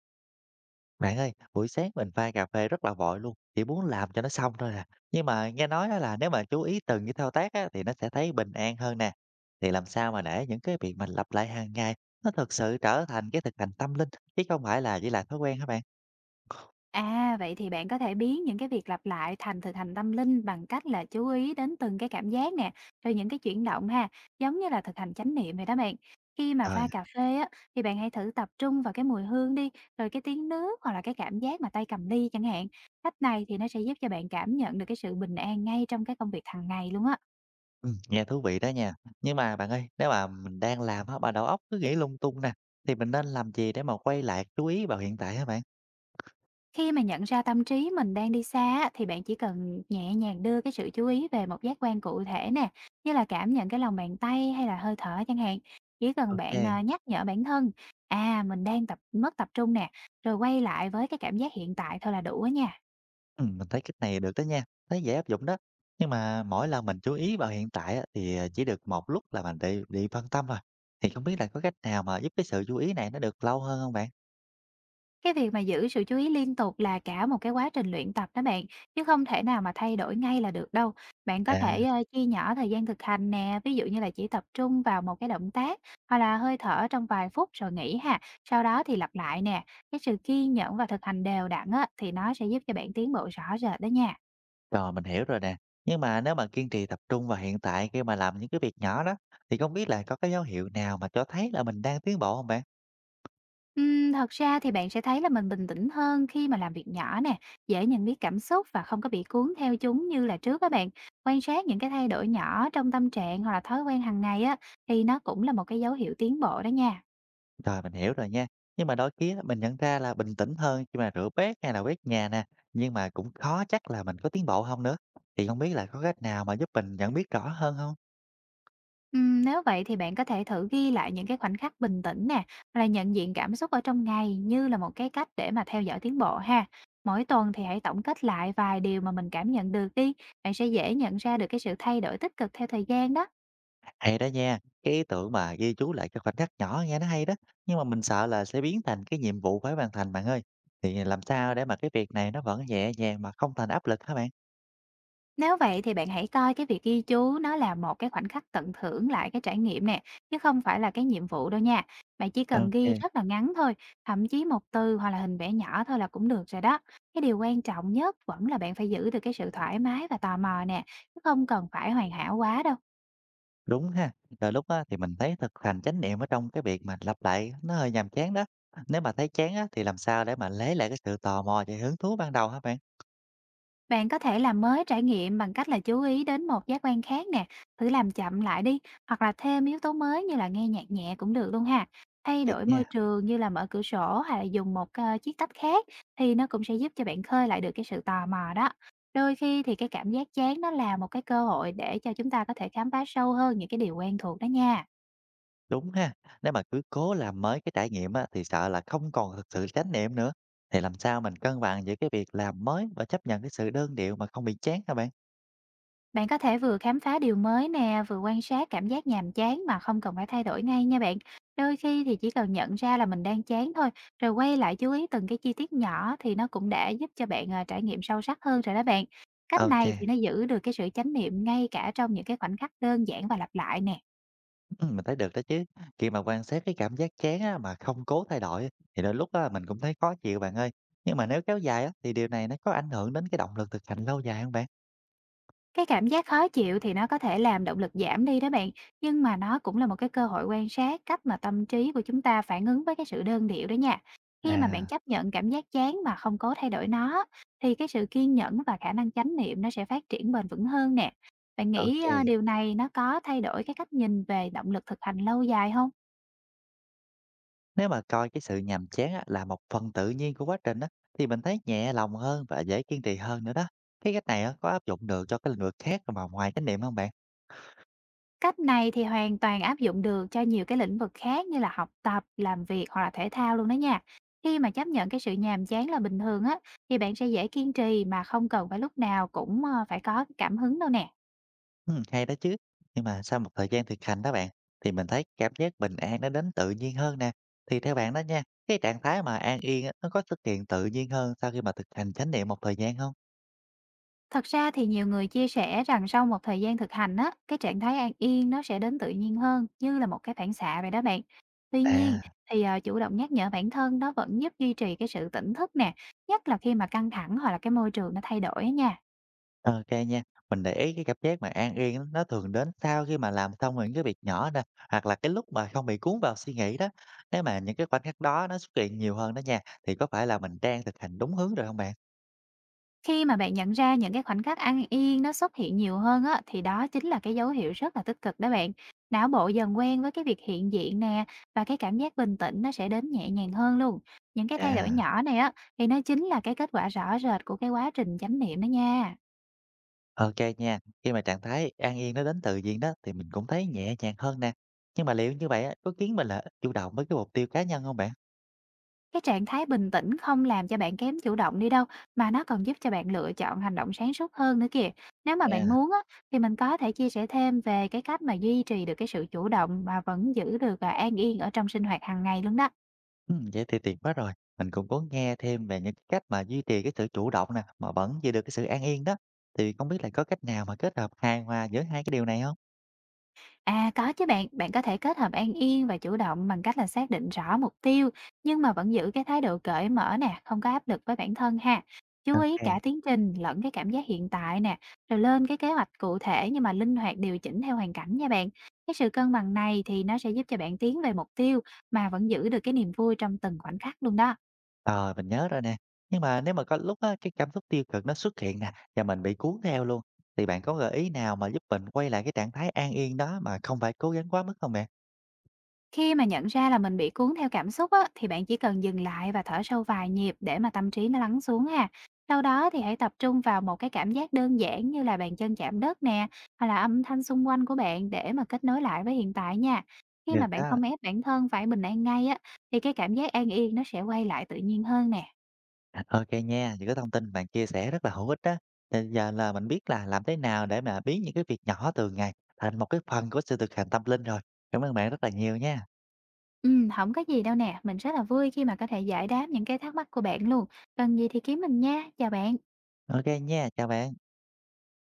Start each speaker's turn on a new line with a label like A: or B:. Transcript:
A: Bạn ơi, buổi sáng mình pha cà phê rất là vội luôn, chỉ muốn làm cho nó xong thôi à. Nhưng mà nghe nói á là nếu mà chú ý từng cái thao tác á, thì nó sẽ thấy bình an hơn nè. Thì làm sao mà để những cái việc mình lặp lại hàng ngày nó thực sự trở thành cái thực hành tâm linh chứ không phải là chỉ là thói quen hả bạn?
B: À, vậy thì bạn có thể biến những cái việc lặp lại thành thực hành tâm linh bằng cách là chú ý đến từng cái cảm giác nè, rồi những cái chuyển động ha, giống như là thực hành chánh niệm vậy đó bạn. Khi mà
A: Rồi,
B: pha cà phê á, thì bạn hãy thử tập trung vào cái mùi hương đi, rồi cái tiếng nước hoặc là cái cảm giác mà tay cầm ly chẳng hạn. Cách này thì nó sẽ giúp cho bạn cảm nhận được cái sự bình an ngay trong cái công việc hàng ngày luôn á.
A: ừ, nghe thú vị đó nha. Nhưng mà bạn ơi, nếu mà mình đang làm á, mà đầu óc cứ nghĩ lung tung nè, thì mình nên làm gì để mà quay lại chú ý vào hiện tại hả bạn?
B: Khi mà nhận ra tâm trí mình đang đi xa á, thì bạn chỉ cần nhẹ nhàng đưa cái sự chú ý về một giác quan cụ thể nè, như là cảm nhận cái lòng bàn tay hay là hơi thở chẳng hạn. Chỉ cần bạn
A: Ok.
B: à, nhắc nhở bản thân, à mình đang tập mất tập trung nè, rồi quay lại với cái cảm giác hiện tại thôi là đủ á nha.
A: Mình thấy cách này được đó nha, thấy dễ áp dụng đó. Nhưng mà mỗi lần mình chú ý vào hiện tại á, thì à, chỉ được một lúc là mình bị phân tâm rồi. Thì không biết là có cách nào mà giúp cái sự chú ý này nó được lâu hơn không bạn?
B: Cái việc mà giữ sự chú ý liên tục là cả một cái quá trình luyện tập đó bạn, chứ không thể nào mà thay đổi ngay là được đâu. Bạn có
A: À,
B: thể, chia nhỏ thời gian thực hành nè, ví dụ như là chỉ tập trung vào một cái động tác hoặc là hơi thở trong vài phút rồi nghỉ ha, sau đó thì lặp lại nè. Cái sự kiên nhẫn và thực hành đều đặn á, thì nó sẽ giúp cho bạn tiến bộ rõ rệt đó nha.
A: rồi mình hiểu rồi nè. Nhưng mà nếu mà kiên trì tập trung vào hiện tại khi mà làm những cái việc nhỏ đó thì không biết là có cái dấu hiệu nào mà cho thấy là mình đang tiến bộ không bạn?
B: Thật ra thì bạn sẽ thấy là mình bình tĩnh hơn khi mà làm việc nhỏ nè, dễ nhận biết cảm xúc và không có bị cuốn theo chúng như là trước các bạn. Quan sát những cái thay đổi nhỏ trong tâm trạng hoặc là thói quen hàng ngày á, thì nó cũng là một cái dấu hiệu tiến bộ đó nha.
A: Rồi mình hiểu rồi nha. Nhưng mà đôi khi á, mình nhận ra là bình tĩnh hơn khi mà rửa bát hay là quét nhà nè, nhưng mà cũng khó chắc là mình có tiến bộ không nữa. Thì không biết là có cách nào mà giúp mình nhận biết rõ hơn không?
B: Nếu vậy thì bạn có thể thử ghi lại những cái khoảnh khắc bình tĩnh nè, hoặc là nhận diện cảm xúc ở trong ngày như là một cái cách để mà theo dõi tiến bộ ha. Mỗi tuần thì hãy tổng kết lại vài điều mà mình cảm nhận được đi, bạn sẽ dễ nhận ra được cái sự thay đổi tích cực theo thời gian đó.
A: Hay đó nha, cái ý tưởng mà ghi chú lại cái khoảnh khắc nhỏ nghe nó hay đó, nhưng mà mình sợ là sẽ biến thành cái nhiệm vụ phải hoàn thành bạn ơi. Thì làm sao để mà cái việc này nó vẫn nhẹ nhàng mà không thành áp lực hả bạn?
B: Nếu vậy thì bạn hãy coi cái việc ghi chú nó là một cái khoảnh khắc tận hưởng lại cái trải nghiệm nè, chứ không phải là cái nhiệm vụ đâu nha. Bạn chỉ cần ghi
A: Ok.
B: rất là ngắn thôi, thậm chí một từ hoặc là hình vẽ nhỏ thôi là cũng được rồi đó. Cái điều quan trọng nhất vẫn là bạn phải giữ được cái sự thoải mái và tò mò nè, chứ không cần phải hoàn hảo quá đâu.
A: Đúng ha, rồi lúc á, thì mình thấy thực hành chánh niệm ở trong cái việc mà lặp lại nó hơi nhàm chán đó. Nếu mà thấy chán á, thì làm sao để mà lấy lại cái sự tò mò và hứng thú ban đầu hả bạn?
B: Bạn có thể làm mới trải nghiệm bằng cách là chú ý đến một giác quan khác nè, thử làm chậm lại đi, hoặc là thêm yếu tố mới như là nghe nhạc nhẹ cũng được luôn ha. Thay
A: Được
B: đổi
A: nha,
B: môi trường như là mở cửa sổ hay là dùng một chiếc tách khác thì nó cũng sẽ giúp cho bạn khơi lại được cái sự tò mò đó. Đôi khi thì cái cảm giác chán nó là một cái cơ hội để cho chúng ta có thể khám phá sâu hơn những cái điều quen thuộc đó nha.
A: đúng ha. Nếu mà cứ cố làm mới cái trải nghiệm á, thì sợ là không còn thực sự chánh niệm nữa. Thì làm sao mình cân bằng giữa cái việc làm mới và chấp nhận cái sự đơn điệu mà không bị chán hả bạn?
B: Bạn có thể vừa khám phá điều mới nè, vừa quan sát cảm giác nhàm chán mà không cần phải thay đổi ngay nha bạn. Đôi khi thì chỉ cần nhận ra là mình đang chán thôi, rồi quay lại chú ý từng cái chi tiết nhỏ thì nó cũng đã giúp cho bạn à, trải nghiệm sâu sắc hơn rồi đó bạn. Cách này thì
A: Ok.
B: nó giữ được cái sự chánh niệm ngay cả trong những cái khoảnh khắc đơn giản và lặp lại nè.
A: Mình thấy được đó chứ. Khi mà quan sát cái cảm giác chán á, mà không cố thay đổi á, thì đôi lúc á, mình cũng thấy khó chịu bạn ơi. Nhưng mà nếu kéo dài á, thì điều này nó có ảnh hưởng đến cái động lực thực hành lâu dài không bạn?
B: Cái cảm giác khó chịu thì nó có thể làm động lực giảm đi đó bạn, nhưng mà nó cũng là một cái cơ hội quan sát cách mà tâm trí của chúng ta phản ứng với cái sự đơn điệu đó nha. Khi mà bạn
A: À,
B: chấp nhận cảm giác chán mà không cố thay đổi nó, thì cái sự kiên nhẫn và khả năng chánh niệm nó sẽ phát triển bền vững hơn nè. Bạn nghĩ
A: ok.
B: điều này nó có thay đổi cái cách nhìn về động lực thực hành lâu dài không?
A: Nếu mà coi cái sự nhàm chán á, là một phần tự nhiên của quá trình á, thì mình thấy nhẹ lòng hơn và dễ kiên trì hơn nữa đó. Cái cách này á, có áp dụng được cho cái lĩnh vực khác mà ngoài chánh niệm không bạn?
B: Cách này thì hoàn toàn áp dụng được cho nhiều cái lĩnh vực khác như là học tập, làm việc hoặc là thể thao luôn đó nha. Khi mà chấp nhận cái sự nhàm chán là bình thường á, thì bạn sẽ dễ kiên trì mà không cần phải lúc nào cũng phải có cái cảm hứng đâu nè.
A: Hay đó chứ. Nhưng mà sau một thời gian thực hành đó bạn, thì mình thấy cảm giác bình an nó đến tự nhiên hơn nè. Thì theo bạn đó nha, cái trạng thái mà an yên á, nó có xuất hiện tự nhiên hơn sau khi mà thực hành chánh niệm một thời gian không?
B: Thật ra thì nhiều người chia sẻ rằng sau một thời gian thực hành á, cái trạng thái an yên nó sẽ đến tự nhiên hơn như là một cái phản xạ vậy đó bạn. Tuy nhiên
A: À,
B: thì chủ động nhắc nhở bản thân nó vẫn giúp duy trì cái sự tỉnh thức nè, nhất là khi mà căng thẳng hoặc là cái môi trường nó thay đổi á nha.
A: OK nha. Mình để ý cái cảm giác mà an yên á, nó thường đến sau khi mà làm xong những cái việc nhỏ nè, hoặc là cái lúc mà không bị cuốn vào suy nghĩ đó. Nếu mà những cái khoảnh khắc đó nó xuất hiện nhiều hơn đó nha, thì có phải là mình đang thực hành đúng hướng rồi không bạn?
B: Khi mà bạn nhận ra những cái khoảnh khắc an yên nó xuất hiện nhiều hơn á, thì đó chính là cái dấu hiệu rất là tích cực đó bạn. Não bộ dần quen với cái việc hiện diện nè và cái cảm giác bình tĩnh nó sẽ đến nhẹ nhàng hơn luôn. Những cái thay đổi
A: À.
B: nhỏ này á thì nó chính là cái kết quả rõ rệt của cái quá trình chánh niệm đó nha.
A: Ok nha, khi mà trạng thái an yên nó đến tự nhiên đó thì mình cũng thấy nhẹ nhàng hơn nè. Nhưng mà liệu như vậy á, có khiến mình là ít chủ động với cái mục tiêu cá nhân không bạn?
B: Cái trạng thái bình tĩnh không làm cho bạn kém chủ động đi đâu, mà nó còn giúp cho bạn lựa chọn hành động sáng suốt hơn nữa kìa. Nếu mà bạn
A: À,
B: muốn á, thì mình có thể chia sẻ thêm về cái cách mà duy trì được cái sự chủ động mà vẫn giữ được à, an yên ở trong sinh hoạt hàng ngày luôn đó.
A: ừ, vậy thì tuyệt quá rồi. Mình cũng có nghe thêm về những cái cách mà duy trì cái sự chủ động nè mà vẫn giữ được cái sự an yên đó. Thì không biết là có cách nào mà kết hợp hài hòa giữa hai cái điều này không?
B: À, có chứ bạn, bạn có thể kết hợp an yên và chủ động bằng cách là xác định rõ mục tiêu, nhưng mà vẫn giữ cái thái độ cởi mở nè, không có áp lực với bản thân ha. Chú ý cả
A: Ok,
B: tiến trình lẫn cái cảm giác hiện tại nè, rồi lên cái kế hoạch cụ thể nhưng mà linh hoạt điều chỉnh theo hoàn cảnh nha bạn. Cái sự cân bằng này thì nó sẽ giúp cho bạn tiến về mục tiêu mà vẫn giữ được cái niềm vui trong từng khoảnh khắc luôn đó.
A: rồi mình nhớ rồi nè. Nhưng mà nếu mà có lúc á, cái cảm xúc tiêu cực nó xuất hiện nè và mình bị cuốn theo luôn thì bạn có gợi ý nào mà giúp mình quay lại cái trạng thái an yên đó mà không phải cố gắng quá mức không mẹ?
B: Khi mà nhận ra là mình bị cuốn theo cảm xúc á, thì bạn chỉ cần dừng lại và thở sâu vài nhịp để mà tâm trí nó lắng xuống ha. Sau đó thì hãy tập trung vào một cái cảm giác đơn giản như là bàn chân chạm đất nè, hoặc là âm thanh xung quanh của bạn để mà kết nối lại với hiện tại nha. Khi
A: Được
B: mà bạn
A: đó.
B: không ép bản thân phải bình an ngay á, thì cái cảm giác an yên nó sẽ quay lại tự nhiên hơn nè.
A: OK nha, những cái thông tin bạn chia sẻ rất là hữu ích đó. Thì giờ là mình biết là làm thế nào để mà biến những cái việc nhỏ thường ngày thành một cái phần của sự thực hành tâm linh rồi. Cảm ơn bạn rất là nhiều nha.
B: Ừ, không có gì đâu nè, mình rất là vui khi mà có thể giải đáp những cái thắc mắc của bạn luôn. Cần gì thì kiếm mình nha, chào bạn.
A: OK nha, chào bạn.